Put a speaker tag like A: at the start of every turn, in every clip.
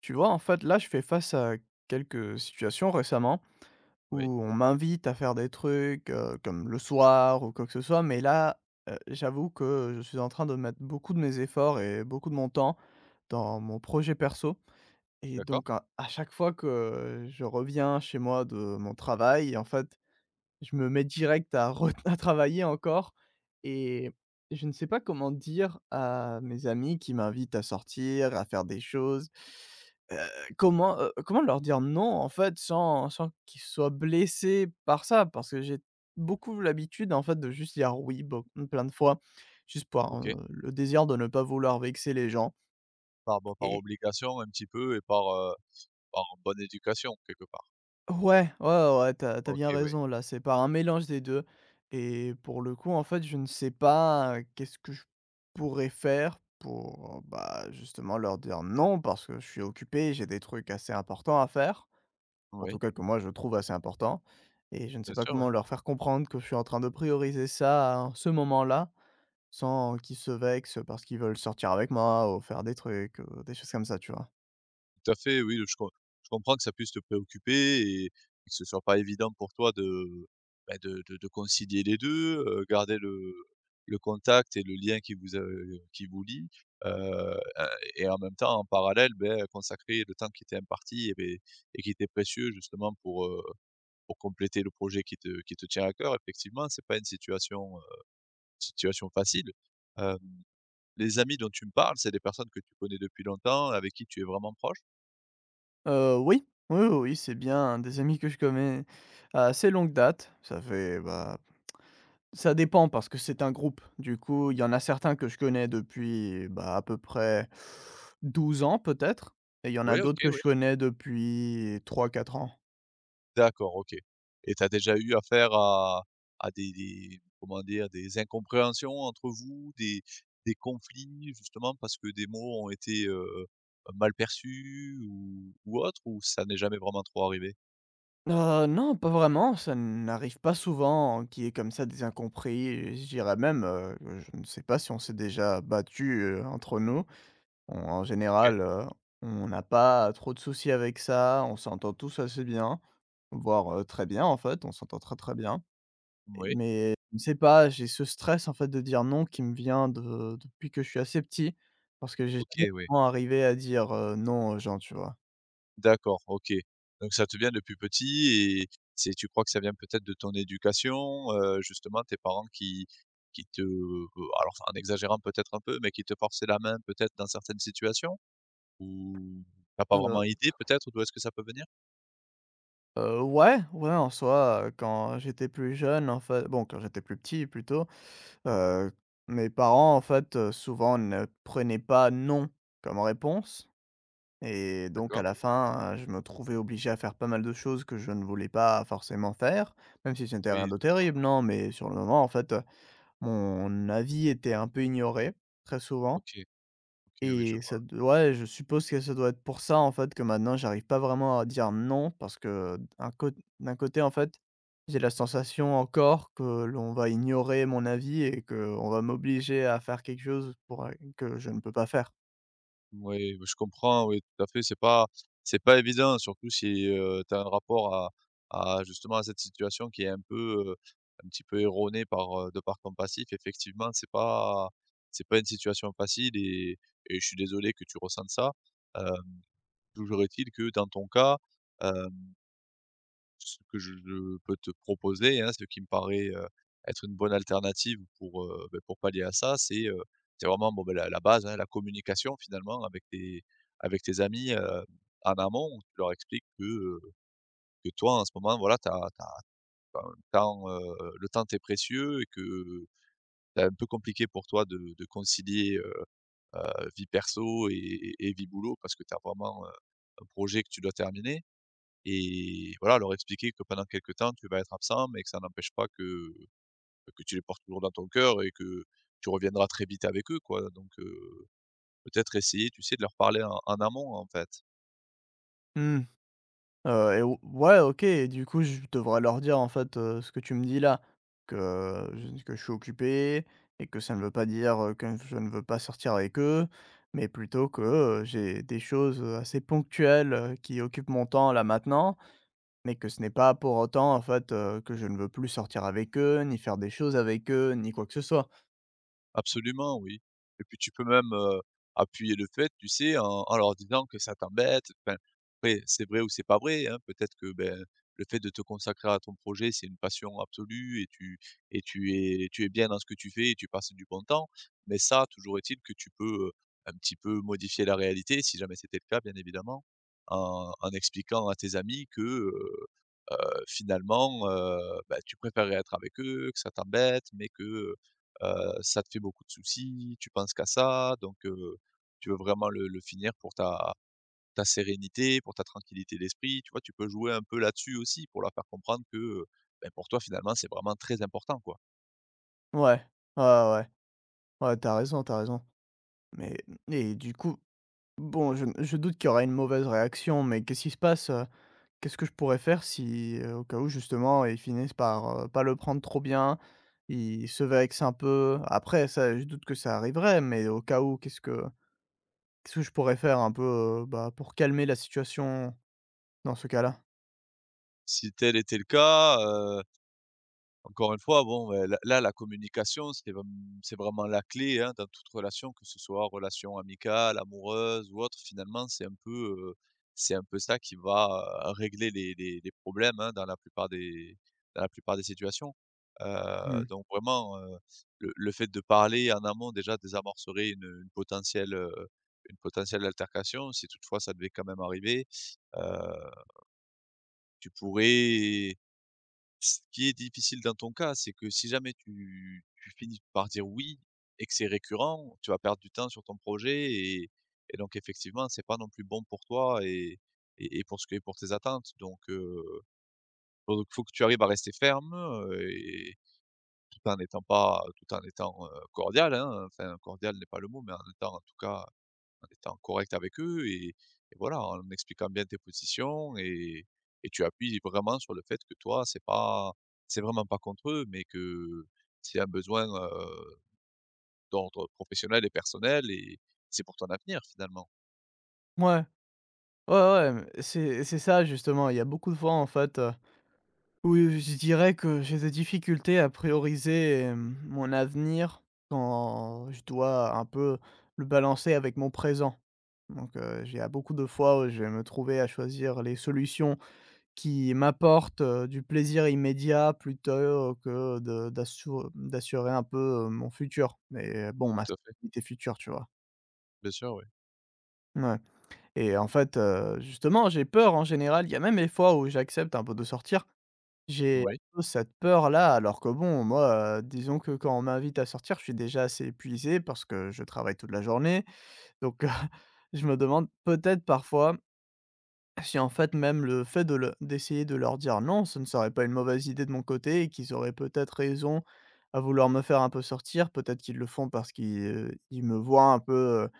A: Tu vois, en fait, là, je fais face à quelques situations récemment
B: Oui,
A: où on m'invite à faire des trucs, comme le soir ou quoi que ce soit, mais là, j'avoue que je suis en train de mettre beaucoup de mes efforts et beaucoup de mon temps dans mon projet perso et
B: d'accord,
A: donc à chaque fois que je reviens chez moi de mon travail, en fait, je me mets direct à re à travailler encore et je ne sais pas comment dire à mes amis qui m'invitent à sortir, à faire des choses, heu, comment, comment leur dire non, en fait, sans qu'ils soient blessés par ça? Parce que j'ai beaucoup l'habitude, en fait, de juste dire oui, beau plein de fois, juste par,
B: OK.
A: le désir de ne pas vouloir vexer les gens
B: Par bon, par
A: et
B: obligation un petit peu et par, par bonne éducation quelque part.
A: ouais, ouais, ouais, ouais, t'as bien
B: OK, oui.
A: raison là, c'est par un mélange des 2. Et pour le coup, en fait, je ne sais pas, qu'est-ce que je pourrais faire pour, bah, justement leur dire non parce que je suis occupé, j'ai des trucs assez importants à faire, en tout
B: Oui,
A: cas que moi je trouve assez importants et je ne sais
B: bien
A: pas
B: sûr, oui.
A: comment leur faire comprendre que je suis en train de prioriser ça en ce moment-là, sans qu'ils se vexent parce qu'ils veulent sortir avec moi ou faire des trucs, des choses comme ça, tu vois?
B: Tout à fait, oui, je comprends que ça puisse te préoccuper et que ce soit pas évident pour toi de, bah, de concilier les 2, garder le contact et le lien qui vous lie, a et en même temps, en parallèle, consacrer le temps qui t'est imparti et et qui t'est précieux justement pour pour compléter le projet qui te tient à cœur. Effectivement, c'est pas une situation, situation facile. Hem, les amis dont tu me parles, c'est des personnes que tu connais depuis longtemps, avec qui tu es vraiment proche?
A: Oui. Oui, oui, oui, c'est bien un des amis que je connais à assez longue date. Ça fait, bah, ça dépend parce que c'est un groupe. Du coup, il y en a certains que je connais depuis, bah, à peu près 12 ans peut-être et il y en a
B: Oui, OK,
A: d'autres que
B: oui.
A: je connais depuis trois quatre ans.
B: D'accord, OK. Et tu as déjà eu affaire à des comment dire? Des incompréhensions entre vous, des conflits justement parce que des mots ont été, mal perçus ou autre, ou ça n'est jamais vraiment trop arrivé?
A: Non, pas vraiment, ça n'arrive pas souvent qu'il y ait comme ça des incompris et je dirais même, je ne sais pas si on s'est déjà battu entre nous. On en
B: OK.
A: général, on n'a pas trop de soucis avec ça, on s'entend tous assez bien, voire, très bien en fait, on s'entend très, très bien. Et
B: Oui.
A: mais je ne sais pas, j'ai ce stress en fait de dire non qui me vient de depuis que je suis assez petit, parce que j'ai jamais
B: OK, oui.
A: vraiment arrivé à dire, non aux gens, tu vois?
B: D'accord, OK. Donc ça te vient depuis petit et c'est tu crois que ça vient peut-être de ton éducation, justement tes parents qui te alors en exagérant peut-être un peu, mais qui te forçaient la main peut-être dans certaines situations? Ou tu as pas
A: Heu,
B: vraiment idée peut-être d'où est-ce que ça peut venir?
A: ouais, ouais en soi, quand j'étais plus jeune en fait bon quand j'étais plus petit plutôt, heu, mes parents en fait, souvent ne prenaient pas «non» comme réponse. Et donc à
B: D'accord.
A: la fin, je me trouvais obligé à faire pas mal de choses que je ne voulais pas forcément faire, même si c'était rien
B: Oui,
A: de
B: d'accord.
A: terrible, non, mais sur le moment, en fait, mon avis était un peu ignoré, très souvent
B: OK, OK, oui, je
A: et ça
B: vois.
A: d ouais, je suppose que ça doit être pour ça, en fait, que maintenant j'arrive pas vraiment à dire non parce que d'un côté, en fait, j'ai la sensation encore que l'on va ignorer mon avis et qu'on va m'obliger à faire quelque chose pour, que je ne peux pas faire.
B: Oui, bah, je comprends, oui, tout à fait. C'est pas évident, surtout si, tu as un rapport à justement à cette situation qui est un peu, un petit peu erronée par, de par ton passif. Effectivement, c'est pas une situation facile et je suis désolé que tu ressentes ça. Hem, Toujours est-il que dans ton cas, ce que je peux te proposer, hein, ce qui me paraît, être une bonne alternative pour, pour pallier à ça, c'est vraiment, bon, ben la base, hein, la communication finalement avec tes amis, en amont où tu leur expliques que toi en ce moment voilà, t'as tu un temps, le temps t'est précieux et que c'est un peu compliqué pour toi de concilier, vie perso et et vie boulot parce que tu as vraiment, un projet que tu dois terminer. Et voilà, leur expliquer que pendant quelque temps, tu vas être absent, mais que ça n'empêche pas que, bah, que tu les portes toujours dans ton cœur et que tu reviendras très vite avec eux, quoi. Donc, peut-être essayer, tu sais, de leur parler en amont, en fait.
A: Mmh. Et ou ouais, OK et du coup, je devrais leur dire, en fait, ce que tu me dis là, que je suis occupé et que ça ne veut pas dire, que je ne veux pas sortir avec eux, mais plutôt que, j'ai des choses, assez ponctuelles, qui occupent mon temps là maintenant, mais que ce n'est pas pour autant, en fait, que je ne veux plus sortir avec eux, ni faire des choses avec eux, ni quoi que ce soit.
B: Absolument, oui. Et puis tu peux même, appuyer le fait, tu sais, en leur disant que ça t'embête, enfin, après c'est vrai ou c'est pas vrai, hein. Peut-être que, ben, le fait de te consacrer à ton projet, c'est une passion absolue et tu es bien dans ce que tu fais et tu passes du bon temps. Mais ça, toujours est-il que tu peux, un petit peu modifier la réalité, si jamais c'était le cas, bien évidemment, en expliquant à tes amis que, heu, finalement, bah, tu préférerais être avec eux, que ça t'embête, mais que, heu ça te fait beaucoup de soucis, tu penses qu'à ça, donc tu veux vraiment le finir pour ta sérénité, pour ta tranquillité d'esprit, tu vois? Tu peux jouer un peu là-dessus aussi pour leur faire comprendre que, ben, pour toi, finalement, c'est vraiment très important, quoi.
A: Ouais, ouais, ouais, ouais, tu raison, t'as raison. Mais et du coup, bon, je doute qu'il y aura une mauvaise réaction, mais qu'est-ce qui se passe, qu'est-ce que je pourrais faire si, au cas où justement, ils finissent par, pas le prendre trop bien, ils se vexent un peu? Après ça, je doute que ça arriverait, mais au cas où, qu'est-ce que je pourrais faire un peu, bah, pour calmer la situation dans ce cas-là?
B: Si tel était le cas, encore une fois, bon, la communication, c'est vraiment la clé, hein, dans toute relation, que ce soit relation amicale, amoureuse ou autre. Finalement, heu, c'est un peu ça qui va, régler les les problèmes, hein, dans la plupart des dans la plupart des situations.
A: Mmh.
B: Donc vraiment, le fait de parler en amont, déjà, désamorcerait une potentielle, une potentielle altercation, si toutefois ça devait quand même arriver. Heu, Tu pourrais ce qui est difficile dans ton cas, c'est que si jamais tu finis par dire oui et que c'est récurrent, tu vas perdre du temps sur ton projet et donc effectivement, c'est pas non plus bon pour toi et pour ce que pour tes attentes. Donc faut que tu arrives à rester ferme, et tout en n'étant pas tout en étant, cordial, hein. Enfin cordial n'est pas le mot, mais en étant en tout cas en étant correct avec eux et voilà, en expliquant bien tes positions et tu appuies vraiment sur le fait que toi, c'est vraiment pas contre eux, mais que c'est un besoin, d'ordre professionnel et personnel et c'est pour ton avenir finalement.
A: Ouais, ouais, ouais, mais c'est ça justement. Il y a beaucoup de fois en fait, oui, je dirais que j'ai des difficultés à prioriser, mon avenir quand je dois un peu le balancer avec mon présent. Donc, j'ai à beaucoup de fois où je vais me trouver à choisir les solutions qui m'apportent, du plaisir immédiat plutôt que de d'assure d'assurer un peu, mon futur. Mais bon, ma
B: Tout à fait.
A: stabilité future, tu vois?
B: Bien sûr, oui.
A: Ouais et en fait, justement, j'ai peur en général. Il y a même des fois où j'accepte un peu de sortir, j'ai
B: Moui.
A: un peu cette peur-là, alors que bon, moi, disons que quand on m'invite à sortir, je suis déjà assez épuisé parce que je travaille toute la journée. Donc, je me demande peut-être parfois si en fait même le fait de le d'essayer de leur dire non, ce ne serait pas une mauvaise idée de mon côté et qu'ils auraient peut-être raison à vouloir me faire un peu sortir. Peut-être qu'ils le font parce qu'ils, ils me voient un peu,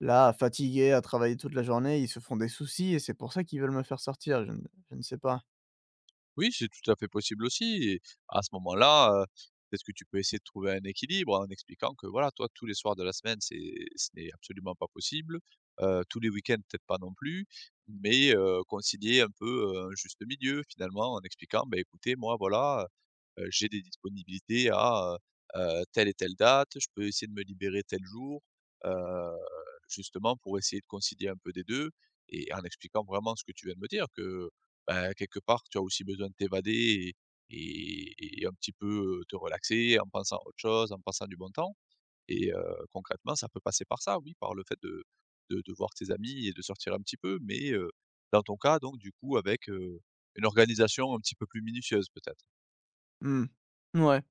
A: là, fatigué à travailler toute la journée, ils se font des soucis et c'est pour ça qu'ils veulent me faire sortir, je ne sais pas.
B: Oui, c'est tout à fait possible aussi et à ce moment-là, peut-être que tu peux essayer de trouver un équilibre en expliquant que voilà, toi, tous les soirs de la semaine, c'est ce n'est absolument pas possible, tous les week-ends, peut-être pas non plus, mais concilier un peu, un juste milieu finalement en expliquant: ben écoutez, moi voilà, j'ai des disponibilités à, heu telle et telle date, je peux essayer de me libérer tel jour», heu, justement pour essayer de concilier un peu des 2 et en expliquant vraiment ce que tu viens de me dire que bah, quelque part, tu as aussi besoin de t'évader et et un petit peu, te relaxer en pensant à autre chose, en pensant du bon temps et concrètement, ça peut passer par ça, oui, par le fait de de voir tes amis et de sortir un petit peu, mais dans ton cas, donc du coup, avec, une organisation un petit peu plus minutieuse, peut-être?
A: Mmh. Mouais.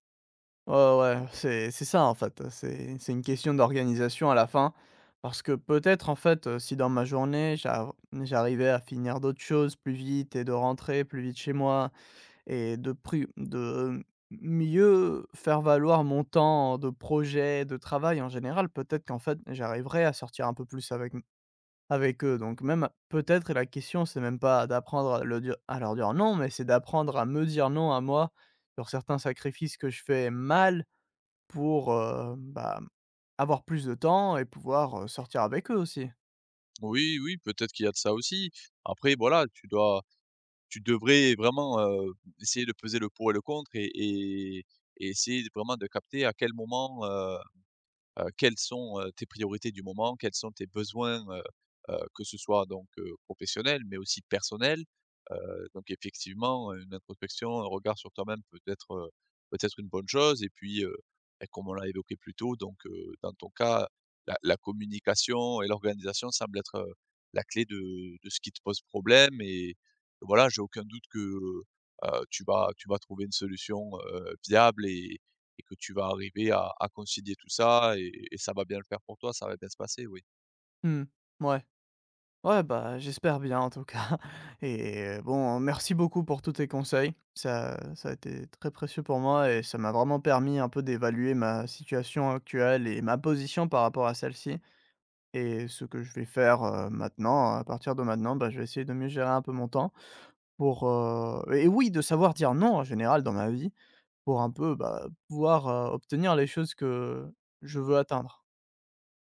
A: Ouais, ouais, c'est ça, en fait. C'est une question d'organisation à la fin parce que peut-être, en fait, si dans ma journée, j'arrivais à finir d'autres choses plus vite et de rentrer plus vite chez moi et de mieux faire valoir mon temps de projet, de travail en général, peut-être qu'en fait, j'arriverais à sortir un peu plus avec eux donc même peut-être la question, c'est même pas d'apprendre à le dire à leur dire non, mais c'est d'apprendre à me dire non à moi, sur certains sacrifices que je fais mal pour, bah, avoir plus de temps et pouvoir, sortir avec eux aussi.
B: Oui, oui, peut-être qu'il y a de ça aussi. Après, voilà, tu devrais vraiment, essayer de peser le pour et le contre et et essayer de vraiment de capter à quel moment, quelles sont, tes priorités du moment, quels sont tes besoins, que ce soit donc professionnels, mais aussi personnels. Heu, donc effectivement, une introspection, un regard sur toi-même peut être une bonne chose et puis, comme on l'a évoqué plus tôt, donc dans ton cas, la communication et l'organisation semblent être, la clé de ce qui te pose problème et voilà, j'ai aucun doute que, tu vas trouver une solution, viable et que tu vas arriver à concilier tout ça et ça va bien le faire pour toi, ça va bien se passer, oui.
A: Mmh. Mouais. Ouais, bah, j'espère bien en tout cas et bon, merci beaucoup pour tous tes conseils. Ça a été très précieux pour moi et ça m'a vraiment permis un peu d'évaluer ma situation actuelle et ma position par rapport à celle-ci et ce que je vais faire, maintenant. À partir de maintenant, bah, je vais essayer de mieux gérer un peu mon temps pour, et oui, de savoir dire non en général dans ma vie, pour un peu, bah, pouvoir, obtenir les choses que je veux atteindre.